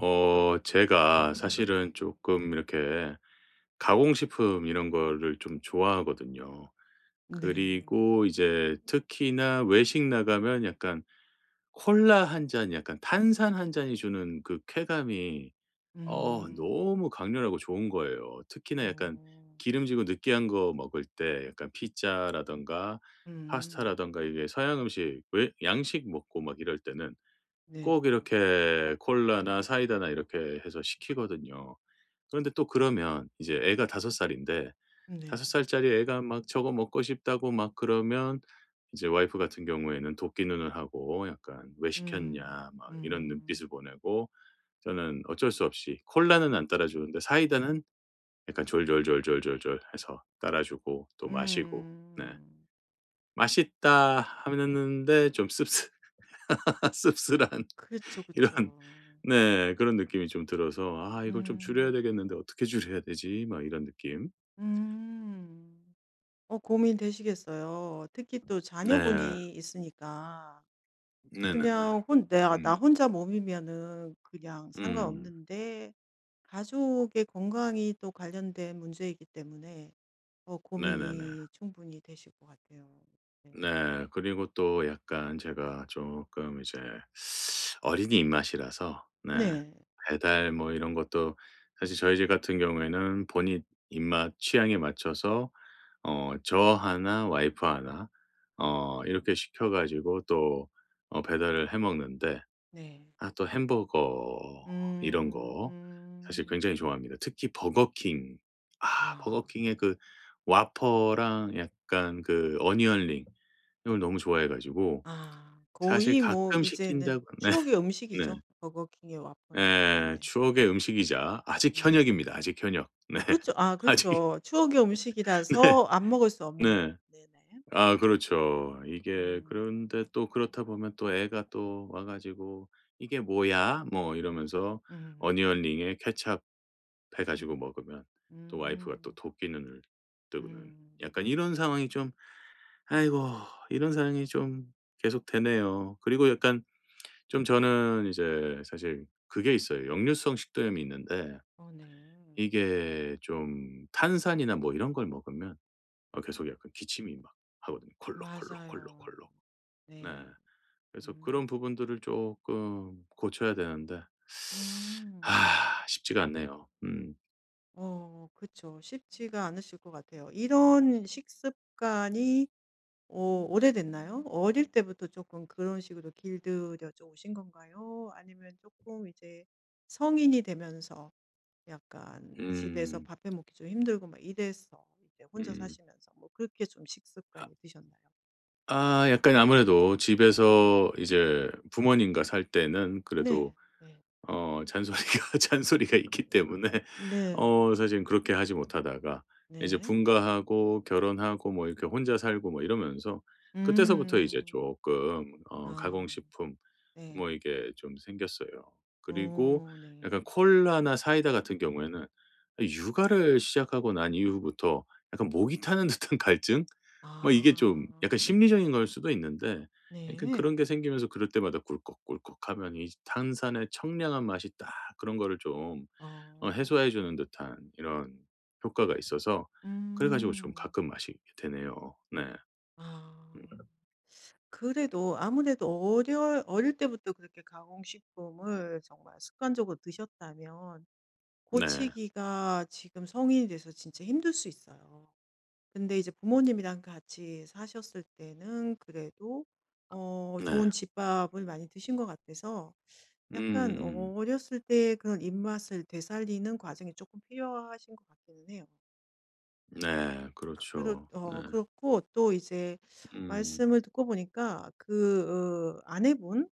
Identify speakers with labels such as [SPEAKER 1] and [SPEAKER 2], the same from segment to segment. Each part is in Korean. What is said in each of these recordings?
[SPEAKER 1] 제가 사실은 조금 이렇게 가공식품 이런 거를 좀 좋아하거든요.
[SPEAKER 2] 네.
[SPEAKER 1] 그리고 이제 특히나 외식 나가면 약간 콜라 한 잔 약간 탄산 한 잔이 주는 그 쾌감이
[SPEAKER 2] 음.
[SPEAKER 1] 너무 강렬하고 좋은 거예요. 특히나 약간
[SPEAKER 2] 어.
[SPEAKER 1] 기름지고 느끼한 거 먹을 때 약간 피자라든가
[SPEAKER 2] 음.
[SPEAKER 1] 파스타라든가 이게 서양 음식 외 양식 먹고 막 이럴 때는
[SPEAKER 2] 네.
[SPEAKER 1] 꼭 이렇게 콜라나 사이다나 이렇게 해서 시키거든요. 그런데 또 그러면 이제 애가 5 살인데
[SPEAKER 2] 네.
[SPEAKER 1] 5 살짜리 애가 막 "저거 먹고 싶다."고 막 그러면 이제 와이프 같은 경우에는 도끼 눈을 하고 약간 "왜
[SPEAKER 2] 음.
[SPEAKER 1] 시켰냐." 막 이런
[SPEAKER 2] 음.
[SPEAKER 1] 눈빛을 보내고 저는 어쩔 수 없이 콜라는 안 따라 주는데 사이다는 약간 졸졸졸졸졸졸 해서 따라 주고 또 마시고 네.
[SPEAKER 2] 음.
[SPEAKER 1] 맛있다 하는데 좀 씁쓸 씁쓸한
[SPEAKER 2] 그죠
[SPEAKER 1] 이런
[SPEAKER 2] 그쵸.
[SPEAKER 1] 네 그런 느낌이 좀 들어서 '아 이걸 좀 줄여야
[SPEAKER 2] 음.
[SPEAKER 1] 되겠는데 어떻게 줄여야 되지?' 막 이런 느낌.
[SPEAKER 2] 음. 어 고민되시겠어요. 특히 또
[SPEAKER 1] 네.
[SPEAKER 2] 자녀분이 있으니까
[SPEAKER 1] 네네네.
[SPEAKER 2] 그냥 혼 내가
[SPEAKER 1] 음.
[SPEAKER 2] 나 혼자 몸이면은 그냥
[SPEAKER 1] 음.
[SPEAKER 2] 상관없는데 가족의 건강이 또 관련된 문제이기 때문에 어
[SPEAKER 1] 네네네.
[SPEAKER 2] 고민이 충분히 되실 것 같아요. 네.
[SPEAKER 1] 네. 그리고 또 약간 제가 조금 이제 어린이 입맛이라서 네
[SPEAKER 2] 네.
[SPEAKER 1] 배달 뭐 이런 것도 사실 저희 집 같은 경우에는 본인 입맛 취향에 맞춰서 어저나 와이프 하나 이렇게 시켜 가지고 또 배달을 해 먹는데
[SPEAKER 2] 네.
[SPEAKER 1] 아 또 햄버거 이런
[SPEAKER 2] 음.
[SPEAKER 1] 거 사실
[SPEAKER 2] 음.
[SPEAKER 1] 굉장히 좋아합니다. 특히 버거킹. 아
[SPEAKER 2] 아.
[SPEAKER 1] 버거킹의 그 와퍼랑 약간 그 어니언 링 이걸 너무 좋아해 가지고
[SPEAKER 2] 아.
[SPEAKER 1] 사실
[SPEAKER 2] 거의 뭐
[SPEAKER 1] 가끔
[SPEAKER 2] 이제는
[SPEAKER 1] 시킨다고 네.
[SPEAKER 2] 추억의
[SPEAKER 1] 네.
[SPEAKER 2] 음식이죠. 버거킹의 와퍼는.
[SPEAKER 1] 예.
[SPEAKER 2] 네네.
[SPEAKER 1] 추억의 음식이자 아직
[SPEAKER 2] 네.
[SPEAKER 1] 현역입니다. 아직 현역. 네.
[SPEAKER 2] 어 그쵸. 아
[SPEAKER 1] 아직
[SPEAKER 2] 그쵸. 추억의
[SPEAKER 1] 네.
[SPEAKER 2] 음식이라서 안 먹을 수 없는.
[SPEAKER 1] 네.
[SPEAKER 2] 네네.
[SPEAKER 1] 아 그렇죠. 이게
[SPEAKER 2] 음.
[SPEAKER 1] 그런데 또 그렇다 보면 또 애가 또 와 가지고 "이게 뭐야?" 뭐 이러면서
[SPEAKER 2] 음.
[SPEAKER 1] 어니언링에 케첩 해 가지고
[SPEAKER 2] 음.
[SPEAKER 1] 먹으면 또 와이프가 또
[SPEAKER 2] 음.
[SPEAKER 1] 도끼 눈을 뜨고는
[SPEAKER 2] 음.
[SPEAKER 1] 약간 이런 상황이 좀 아이고 이런 상황이 좀 계속되네요. 그리고 약간 좀 저는 이제 사실 그게 있어요. 역류성 식도염이 있는데
[SPEAKER 2] 어 네.
[SPEAKER 1] 이게 좀 탄산이나 뭐 이런 걸 먹으면 계속 약간 기침이 막 하거든요.
[SPEAKER 2] 맞아요.
[SPEAKER 1] 콜록콜록콜록콜록. 네.
[SPEAKER 2] 네.
[SPEAKER 1] 그래서 그런
[SPEAKER 2] 음.
[SPEAKER 1] 부분들을 조금 고쳐야 되는데
[SPEAKER 2] 음.
[SPEAKER 1] 아 쉽지가 않네요. 음.
[SPEAKER 2] 어 그쵸. 쉽지가 않으실 것 같아요. 이런 식습관이 어 오래됐나요? 어릴 때부터 조금 그런 식으로 길들여져 오신 건가요? 아니면 조금 이제 성인이 되면서 약간 집에서
[SPEAKER 1] 음.
[SPEAKER 2] 밥해 먹기 좀 힘들고 막 이래서 이제 혼자
[SPEAKER 1] 음.
[SPEAKER 2] 사시면서 뭐 그렇게 좀 식습관이
[SPEAKER 1] 아
[SPEAKER 2] 드셨나요?
[SPEAKER 1] 약간 아무래도 집에서 이제 부모님과 살 때는 그래도
[SPEAKER 2] 네. 네.
[SPEAKER 1] 잔소리가 잔소리가 있기 때문에
[SPEAKER 2] 네.
[SPEAKER 1] 사실은 그렇게 하지 못하다가 이제
[SPEAKER 2] 네.
[SPEAKER 1] 분가하고 결혼하고 뭐 이렇게 혼자 살고 뭐 이러면서 그때서부터 이제
[SPEAKER 2] 음.
[SPEAKER 1] 조금
[SPEAKER 2] 아
[SPEAKER 1] 가공식품
[SPEAKER 2] 네.
[SPEAKER 1] 뭐 이게 좀 생겼어요. 그리고
[SPEAKER 2] 오 네.
[SPEAKER 1] 약간 콜라나 사이다 같은 경우에는 육아를 시작하고 난 이후부터 약간 목이 타는 듯한 갈증? 뭐 이게 좀 약간
[SPEAKER 2] 아.
[SPEAKER 1] 심리적인 걸 수도 있는데 약간 그런
[SPEAKER 2] 네.
[SPEAKER 1] 게 생기면서 그럴 때마다 꿀꺽꿀꺽하면 이 탄산의 청량한 맛이 딱 그런 거를 좀
[SPEAKER 2] 어.
[SPEAKER 1] 해소해 주는 듯한 이런 효과가 있어서 그래 가지고 좀
[SPEAKER 2] 음.
[SPEAKER 1] 가끔 마시게 되네요. 네.
[SPEAKER 2] 아.
[SPEAKER 1] 음.
[SPEAKER 2] 그래도 아무래도 어려 어릴 때부터 그렇게 가공식품을 정말 습관적으로 드셨다면
[SPEAKER 1] 네.
[SPEAKER 2] 고치기가 지금 성인이 돼서 진짜 힘들 수 있어요. 근데 이제 부모님이랑 같이 사셨을 때는 그래도 어 좋은
[SPEAKER 1] 네.
[SPEAKER 2] 집밥을 많이 드신 것 같아서 약간
[SPEAKER 1] 음음.
[SPEAKER 2] 어렸을 때 그런 입맛을 되살리는 과정이 조금 필요하신 것 같기는 해요.
[SPEAKER 1] 네. 그렇죠. 네.
[SPEAKER 2] 그렇고 또 이제
[SPEAKER 1] 음
[SPEAKER 2] 말씀을 듣고 보니까 그 어 아내분?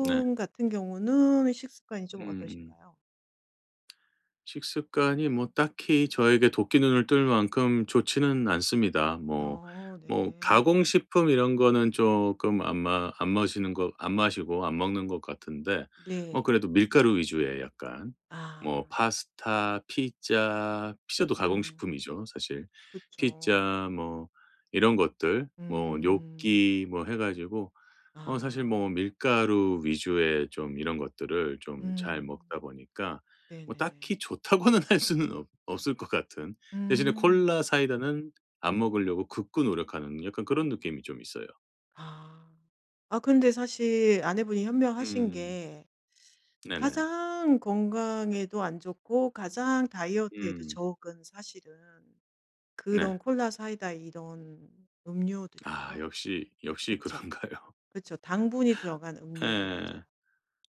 [SPEAKER 1] 네.
[SPEAKER 2] 같은 경우는 식습관이 좀
[SPEAKER 1] 음음.
[SPEAKER 2] 어떠신가요?
[SPEAKER 1] 식습관이 뭐 딱히 저에게 도끼눈을 뜰 만큼 좋지는 않습니다. 뭐
[SPEAKER 2] 어
[SPEAKER 1] 뭐
[SPEAKER 2] 네.
[SPEAKER 1] 가공식품 이런 거는 조금 안 마시는 거 안 마시고 안 먹는 것 같은데 뭐
[SPEAKER 2] 네.
[SPEAKER 1] 그래도 밀가루 위주의 약간 뭐
[SPEAKER 2] 아.
[SPEAKER 1] 파스타, 피자, 피자도
[SPEAKER 2] 음.
[SPEAKER 1] 가공식품이죠 사실.
[SPEAKER 2] 그쵸.
[SPEAKER 1] 피자 뭐 이런 것들 뭐
[SPEAKER 2] 음.
[SPEAKER 1] 뇨끼 뭐 해 가지고 사실
[SPEAKER 2] 아.
[SPEAKER 1] 뭐 밀가루 위주의 좀 이런 것들을 좀 잘 먹다
[SPEAKER 2] 음.
[SPEAKER 1] 보니까 뭐
[SPEAKER 2] 네네.
[SPEAKER 1] 딱히 좋다고는 할 수는 없 없을 것 같은 대신에 콜라
[SPEAKER 2] 음.
[SPEAKER 1] 사이다는 안 먹으려고 극구 노력하는 약간 그런 느낌이 좀 있어요.
[SPEAKER 2] 아. 아 근데 사실 아내분이 현명하신
[SPEAKER 1] 음.
[SPEAKER 2] 게
[SPEAKER 1] 네네.
[SPEAKER 2] 가장 건강에도 안 좋고 가장 다이어트에도
[SPEAKER 1] 음.
[SPEAKER 2] 적은 사실은
[SPEAKER 1] 네.
[SPEAKER 2] 그런 콜라, 사이다 이런
[SPEAKER 1] 아
[SPEAKER 2] 음료들이에요.
[SPEAKER 1] 역시, 역시
[SPEAKER 2] 그쵸.
[SPEAKER 1] 그런가요?
[SPEAKER 2] 그쵸. 당분이 들어간 음료들이죠.
[SPEAKER 1] 예.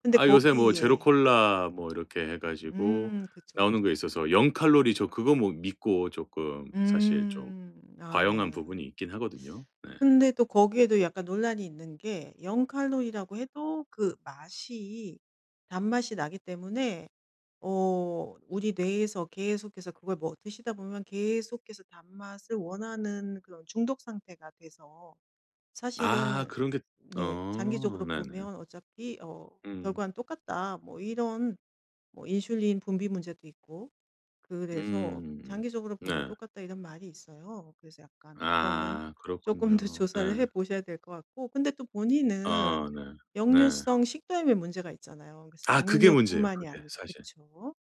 [SPEAKER 2] 근데
[SPEAKER 1] 아 요새 뭐 제로
[SPEAKER 2] 거기에
[SPEAKER 1] 콜라 뭐 이렇게 해 가지고
[SPEAKER 2] 그쵸,
[SPEAKER 1] 나오는
[SPEAKER 2] 그쵸.
[SPEAKER 1] 거에 있어서 0 칼로리 저 그거 뭐 믿고 조금 사실 좀
[SPEAKER 2] 음. 아
[SPEAKER 1] 과용한
[SPEAKER 2] 네.
[SPEAKER 1] 부분이 있긴 하거든요. 네.
[SPEAKER 2] 근데 또 거기에도 약간 논란이 있는 게 0 칼로리라고 해도 그 맛이 단맛이 나기 때문에 어 우리 뇌에서 계속해서 그걸 뭐 드시다 보면 계속해서 단맛을 원하는 그런 중독 상태가 돼서
[SPEAKER 1] 아
[SPEAKER 2] 사실은
[SPEAKER 1] 그런 게
[SPEAKER 2] 네 장기적으로
[SPEAKER 1] 네네.
[SPEAKER 2] 보면 어차피 어
[SPEAKER 1] 음.
[SPEAKER 2] '결과는 똑같다.' 뭐 이런 뭐 인슐린 분비 문제도 있고 그래서
[SPEAKER 1] 음.
[SPEAKER 2] "장기적으로 보면
[SPEAKER 1] 네.
[SPEAKER 2] 똑같다." 이런 말이 있어요. 그래서 약간 그거는
[SPEAKER 1] 아
[SPEAKER 2] 조금 더
[SPEAKER 1] 그렇군요. 네.
[SPEAKER 2] 조사를 해 보셔야 될 것 같고 근데 또
[SPEAKER 1] 아
[SPEAKER 2] 본인은
[SPEAKER 1] 네. 네.
[SPEAKER 2] 역류성 식도염에 문제가 있잖아요. 그래서
[SPEAKER 1] 아 그게 문제예요
[SPEAKER 2] 당뇨뿐만이
[SPEAKER 1] 그게
[SPEAKER 2] 아니라.
[SPEAKER 1] 사실.
[SPEAKER 2] 그쵸?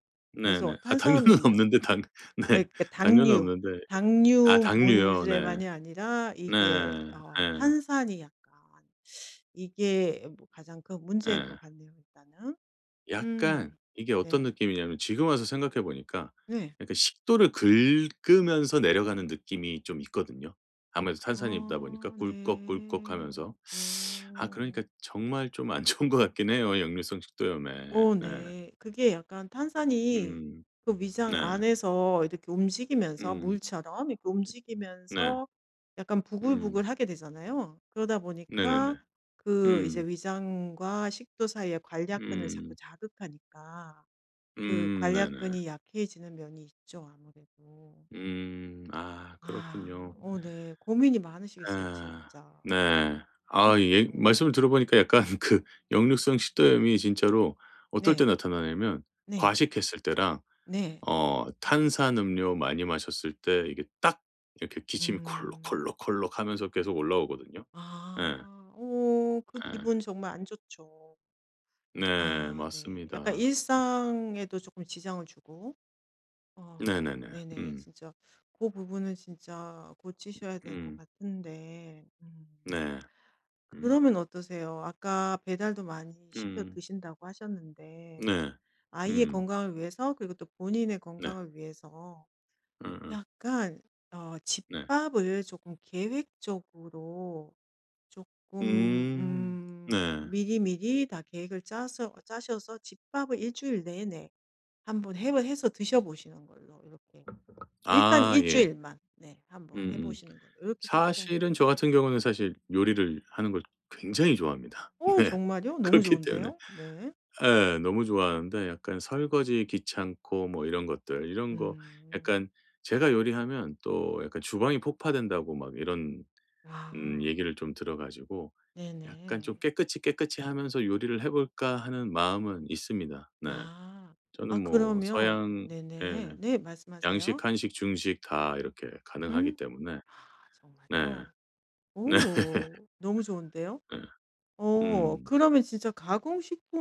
[SPEAKER 2] 그래서
[SPEAKER 1] 네네. 아 당뇨는
[SPEAKER 2] 탄산음료
[SPEAKER 1] 없는데 당
[SPEAKER 2] 아이
[SPEAKER 1] 네
[SPEAKER 2] 그러니까
[SPEAKER 1] 당뇨는
[SPEAKER 2] 당류,
[SPEAKER 1] 없는데 아
[SPEAKER 2] 당류
[SPEAKER 1] 당류요. 네.
[SPEAKER 2] 문제만이 아니라
[SPEAKER 1] 네.
[SPEAKER 2] 이게 어
[SPEAKER 1] 예.
[SPEAKER 2] 탄산이 약간 이게 뭐 가장 큰 문제인
[SPEAKER 1] 예.
[SPEAKER 2] 것 같네요 일단은.
[SPEAKER 1] 약간
[SPEAKER 2] 음.
[SPEAKER 1] 이게 어떤
[SPEAKER 2] 네.
[SPEAKER 1] 느낌이냐면 지금 와서 생각해 보니까
[SPEAKER 2] 네.
[SPEAKER 1] 약간 식도를 긁으면서 내려가는 느낌이 좀 있거든요. 아무래도 탄산이다 보니까
[SPEAKER 2] 어 네.
[SPEAKER 1] 꿀꺽꿀꺽 하면서 아 그러니까
[SPEAKER 2] 음.
[SPEAKER 1] 정말 좀 안 좋은 것 같긴 해요, 역류성 식도염에.
[SPEAKER 2] 어
[SPEAKER 1] 네.
[SPEAKER 2] 네. 그게 약간 탄산이
[SPEAKER 1] 음.
[SPEAKER 2] 그 위장
[SPEAKER 1] 네.
[SPEAKER 2] 안에서 이렇게 움직이면서
[SPEAKER 1] 음.
[SPEAKER 2] 물처럼 이렇게
[SPEAKER 1] 네.
[SPEAKER 2] 움직이면서 약간
[SPEAKER 1] 음.
[SPEAKER 2] 부글부글하게 되잖아요. 그러다
[SPEAKER 1] 네네네.
[SPEAKER 2] 보니까 그 이제
[SPEAKER 1] 음.
[SPEAKER 2] 위장과 식도 사이의 관약근을 자꾸
[SPEAKER 1] 음.
[SPEAKER 2] 자극하니까 그
[SPEAKER 1] 음.
[SPEAKER 2] 관약
[SPEAKER 1] 네네.
[SPEAKER 2] 근이 약해지는 면이 있죠, 아무래도.
[SPEAKER 1] 음. 아
[SPEAKER 2] 아.
[SPEAKER 1] 그렇군요.
[SPEAKER 2] 어 네. 고민이
[SPEAKER 1] 예.
[SPEAKER 2] 많으시겠어요, 진짜.
[SPEAKER 1] 네. 아
[SPEAKER 2] 이게
[SPEAKER 1] 예 말씀을
[SPEAKER 2] 뭔가
[SPEAKER 1] 들어보니까 약간 그 역류성 식도염이 진짜로 어떨 때
[SPEAKER 2] 네.
[SPEAKER 1] 나타나냐면
[SPEAKER 2] 네.
[SPEAKER 1] 과식했을 때랑
[SPEAKER 2] 네.
[SPEAKER 1] 탄산음료 많이 마셨을 때 이게 딱 이렇게 기침이
[SPEAKER 2] 음.
[SPEAKER 1] 콜록콜록콜록 하면서 계속 올라오거든요.
[SPEAKER 2] 아.
[SPEAKER 1] 예.
[SPEAKER 2] 오 그
[SPEAKER 1] 예.
[SPEAKER 2] 기분 정말 안 좋죠.
[SPEAKER 1] 네.
[SPEAKER 2] 아 네. 약간
[SPEAKER 1] 맞습니다.
[SPEAKER 2] 일상에도 조금 지장을 주고 어
[SPEAKER 1] 네네네.
[SPEAKER 2] 네네.
[SPEAKER 1] 음.
[SPEAKER 2] 진짜 그 부분은 진짜 고치셔야 될 것
[SPEAKER 1] 음.
[SPEAKER 2] 같은데
[SPEAKER 1] 네. 음.
[SPEAKER 2] 그러면 어떠세요? 아까 배달도 많이 시켜
[SPEAKER 1] 음.
[SPEAKER 2] 드신다고 하셨는데
[SPEAKER 1] 네.
[SPEAKER 2] 아이의
[SPEAKER 1] 음.
[SPEAKER 2] 건강을 위해서 그리고 또 본인의
[SPEAKER 1] 네.
[SPEAKER 2] 건강을 위해서
[SPEAKER 1] 음음.
[SPEAKER 2] 약간 어
[SPEAKER 1] 네.
[SPEAKER 2] 집밥을 조금 계획적으로 조금
[SPEAKER 1] 음. 네.
[SPEAKER 2] 미리미리 다 계획을 짜서 짜셔서 집밥을 일 주일 내내 한번 해 해서 드셔 보시는 걸로 이렇게 일단
[SPEAKER 1] 아
[SPEAKER 2] 일
[SPEAKER 1] 예.
[SPEAKER 2] 주일만 네 한번 해
[SPEAKER 1] 음음.
[SPEAKER 2] 보시는 걸로 이렇게 조금
[SPEAKER 1] 사실은 저 같은 경우는 사실 요리를 하는 걸 굉장히 좋아합니다.
[SPEAKER 2] 어
[SPEAKER 1] 네.
[SPEAKER 2] 정말요? 너무
[SPEAKER 1] 그렇기 때문에
[SPEAKER 2] 좋은데요? 네.
[SPEAKER 1] 예 너무 좋아하는데 약간 설거지 귀찮고 뭐 이런 것들 이런 거
[SPEAKER 2] 음.
[SPEAKER 1] 약간 제가 요리하면 또 약간 주방이 폭파된다고 막 이런
[SPEAKER 2] 아.
[SPEAKER 1] 얘기를 좀 들어 가지고 약간 좀
[SPEAKER 2] 네네.
[SPEAKER 1] '깨끗이, 깨끗이 하면서 요리를 해 볼까.' 하는 마음은 있습니다. 네.
[SPEAKER 2] 아.
[SPEAKER 1] 저는
[SPEAKER 2] 아
[SPEAKER 1] 뭐
[SPEAKER 2] 그러면
[SPEAKER 1] 서양 예
[SPEAKER 2] 네네. 네 말씀하세요.
[SPEAKER 1] 양식, 한식, 중식 다 이렇게 가능하기
[SPEAKER 2] 음.
[SPEAKER 1] 때문에
[SPEAKER 2] 아
[SPEAKER 1] 네.
[SPEAKER 2] 정말요? 오. 너무 좋은데요?
[SPEAKER 1] 네. 네.
[SPEAKER 2] 어
[SPEAKER 1] 음.
[SPEAKER 2] 그러면 진짜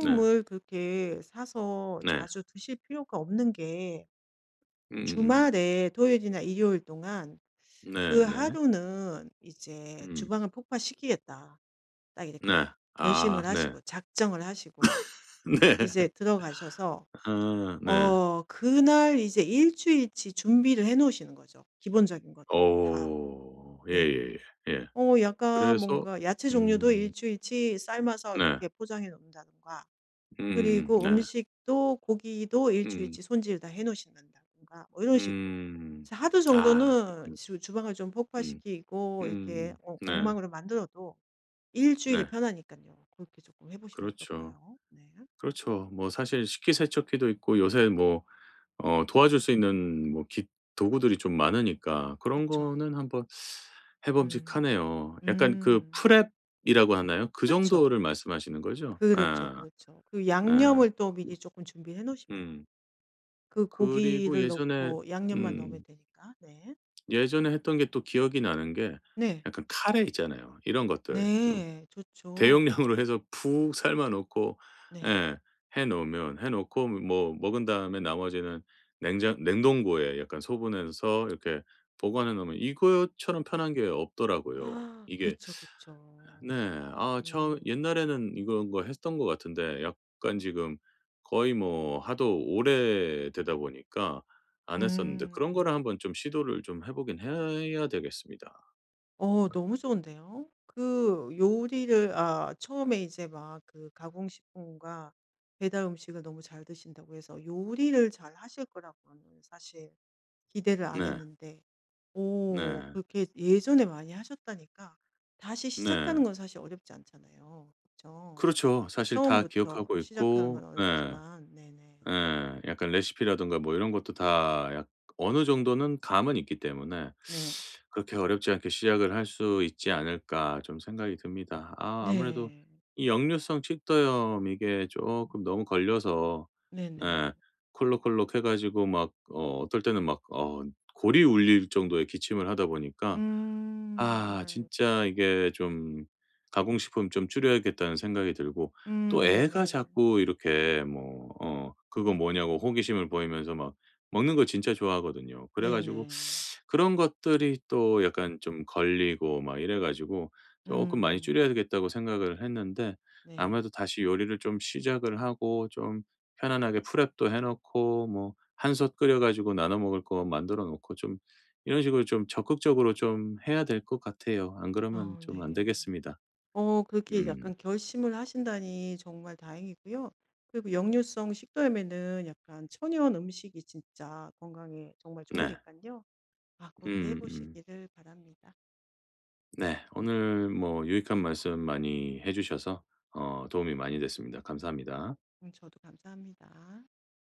[SPEAKER 1] 네.
[SPEAKER 2] 그렇게 사서
[SPEAKER 1] 네.
[SPEAKER 2] 자주 드실 필요가 없는 게
[SPEAKER 1] 음음음.
[SPEAKER 2] 주말에 토요일이나 일요일 동안 '그
[SPEAKER 1] 네네.
[SPEAKER 2] 하루는 이제
[SPEAKER 1] 음.
[SPEAKER 2] 주방을 폭파시키겠다.'
[SPEAKER 1] 네. 네.
[SPEAKER 2] 딱
[SPEAKER 1] 네.
[SPEAKER 2] 이렇게
[SPEAKER 1] 아
[SPEAKER 2] 결심을
[SPEAKER 1] 네.
[SPEAKER 2] 하시고 작정을 하시고
[SPEAKER 1] 네.
[SPEAKER 2] 이제 들어가셔서
[SPEAKER 1] 아 네.
[SPEAKER 2] 어 그날 이제 일 주일치 준비를 해 놓으시는 거죠, 기본적인 것들은 다.
[SPEAKER 1] 어.
[SPEAKER 2] 네.
[SPEAKER 1] 예예예. 예. 예, 예.
[SPEAKER 2] 어 약간
[SPEAKER 1] 그래서
[SPEAKER 2] 뭔가 야채 종류도 일
[SPEAKER 1] 음
[SPEAKER 2] 주일치 삶아서
[SPEAKER 1] 네.
[SPEAKER 2] 이렇게 포장해 놓는다든가 그리고
[SPEAKER 1] 네.
[SPEAKER 2] 음식도 고기도
[SPEAKER 1] 음.
[SPEAKER 2] 일주일치 손질 다 해 놓으신다든가 뭐 이런 식으로.
[SPEAKER 1] 음.
[SPEAKER 2] 그래서 하루
[SPEAKER 1] 아
[SPEAKER 2] 정도는
[SPEAKER 1] 그렇군요.
[SPEAKER 2] 주 주방을 좀
[SPEAKER 1] 음.
[SPEAKER 2] 폭파시키고 이렇게
[SPEAKER 1] 음. 네.
[SPEAKER 2] 엉망으로 만들어도 일주일이
[SPEAKER 1] 네.
[SPEAKER 2] 편하니까요 그렇게 조금 해 보시면
[SPEAKER 1] 그렇죠.
[SPEAKER 2] 어떨까요? 네.
[SPEAKER 1] 그렇죠. 뭐 사실 식기세척기도 있고 요새 뭐 도와줄 수 있는 뭐 기 도구들이 좀 많으니까 그런
[SPEAKER 2] 그쵸.
[SPEAKER 1] 거는 한번 해
[SPEAKER 2] 음.
[SPEAKER 1] 범직하네요. 약간 그
[SPEAKER 2] 음.
[SPEAKER 1] 프랩이라고 하나요? 그
[SPEAKER 2] 그쵸.
[SPEAKER 1] 정도를 말씀하시는 거죠?
[SPEAKER 2] 그렇죠,
[SPEAKER 1] 아
[SPEAKER 2] 그렇죠. 그
[SPEAKER 1] 네.
[SPEAKER 2] 양념을 또
[SPEAKER 1] 그
[SPEAKER 2] 미리 조금 준비해 놓으시면
[SPEAKER 1] 음.
[SPEAKER 2] 그
[SPEAKER 1] 그리고
[SPEAKER 2] 고기를
[SPEAKER 1] 예전에
[SPEAKER 2] 넣고 양념만 넣으면
[SPEAKER 1] 음
[SPEAKER 2] 되니까. 네.
[SPEAKER 1] 예전에 했던 게 또 기억이 나는 게
[SPEAKER 2] 네.
[SPEAKER 1] 약간 카레 있잖아요. 이런 것들 좀
[SPEAKER 2] 네. 좋죠.
[SPEAKER 1] 대용량으로 해서 푹 삶아 놓고
[SPEAKER 2] 네.
[SPEAKER 1] 예. 해 놓으면 해 놓고 뭐 먹은 다음에 나머지는 냉장 냉동고에 약간 소분해서 이렇게 보관해 놓으면 이거처럼 편한 게 없더라고요.
[SPEAKER 2] 아
[SPEAKER 1] 이게
[SPEAKER 2] 그쵸,
[SPEAKER 1] 네.
[SPEAKER 2] 그쵸.
[SPEAKER 1] 아 처음
[SPEAKER 2] 음.
[SPEAKER 1] 옛날에는 이런 거 했던 것 같은데 약간 지금 거의 뭐 하도 오래되다 보니까 안 했었는데
[SPEAKER 2] 음
[SPEAKER 1] 그런 거를
[SPEAKER 2] 음.
[SPEAKER 1] 한번 좀 시도를 좀 해 보긴 해야 되겠습니다.
[SPEAKER 2] 어 너무 좋은데요. 그 요리를 아 처음에 이제 막 그 가공식품과 배달 음식을 너무 잘 드신다고 해서 요리를 잘 하실 거라고는 사실 기대를 안
[SPEAKER 1] 네.
[SPEAKER 2] 했는데 오
[SPEAKER 1] 네.
[SPEAKER 2] 그렇게 예전에 많이 하셨다니까 다시
[SPEAKER 1] 네.
[SPEAKER 2] 시작하는 건 사실 어렵지 않잖아요. 그쵸?
[SPEAKER 1] 그렇죠. 사실 다
[SPEAKER 2] 처음부터
[SPEAKER 1] 기억하고
[SPEAKER 2] 시작하는 건
[SPEAKER 1] 있고 예.
[SPEAKER 2] 어렵지만 네네.
[SPEAKER 1] 예. 약간 레시피라든가 뭐 이런 것도 다 약 어느 정도는 감은 있기 때문에
[SPEAKER 2] 네.
[SPEAKER 1] '그렇게 어렵지 않게 시작을 할 수 있지 않을까.' 좀 생각이 듭니다. 아 아무래도
[SPEAKER 2] 네.
[SPEAKER 1] 이 역류성 칡도염 이게 쪼끔 너무 걸려서 예
[SPEAKER 2] 네네.
[SPEAKER 1] 콜록콜록 해 가지고 막 어떨 때는 막 골이 울릴 정도의 기침을 하다 보니까
[SPEAKER 2] 음.
[SPEAKER 1] 아 진짜
[SPEAKER 2] 아이고.
[SPEAKER 1] 이게 좀 '가공식품 좀 줄여야겠다.'는 생각이 들고 또 애가
[SPEAKER 2] 네네.
[SPEAKER 1] 자꾸 이렇게 뭐 "그거 뭐냐."고 호기심을 보이면서 막 먹는 거 진짜 좋아하거든요. 그래 가지고
[SPEAKER 2] 네네.
[SPEAKER 1] 그런 것들이 또 약간 좀 걸리고 막 이래 가지고 조금 많이
[SPEAKER 2] 음.
[SPEAKER 1] 줄여야겠다고 생각을 했는데
[SPEAKER 2] 네.
[SPEAKER 1] 아무래도 다시 요리를 좀 시작을 하고 좀 편안하게 프랩도 해 놓고 뭐 한솥 끓여 가지고 나눠 먹을 거 만들어 놓고 좀 이런 식으로 좀 적극적으로 좀 해야 될 것 같아요. 안 그러면
[SPEAKER 2] 어
[SPEAKER 1] 좀 안
[SPEAKER 2] 네.
[SPEAKER 1] 되겠습니다.
[SPEAKER 2] 어 그렇게
[SPEAKER 1] 음.
[SPEAKER 2] 약간 결심을 하신다니 정말 다행이고요. 그리고 역류성 식도염에는 약간 천연 음식이 진짜 건강에 정말 좋으니
[SPEAKER 1] 네.
[SPEAKER 2] 까요 아 그렇게 해
[SPEAKER 1] 음음.
[SPEAKER 2] 보시기를 바랍니다.
[SPEAKER 1] 네. 오늘 뭐 유익한 말씀 많이 해 주셔서 도움이 많이 됐습니다. 감사합니다.
[SPEAKER 2] 저도 감사합니다.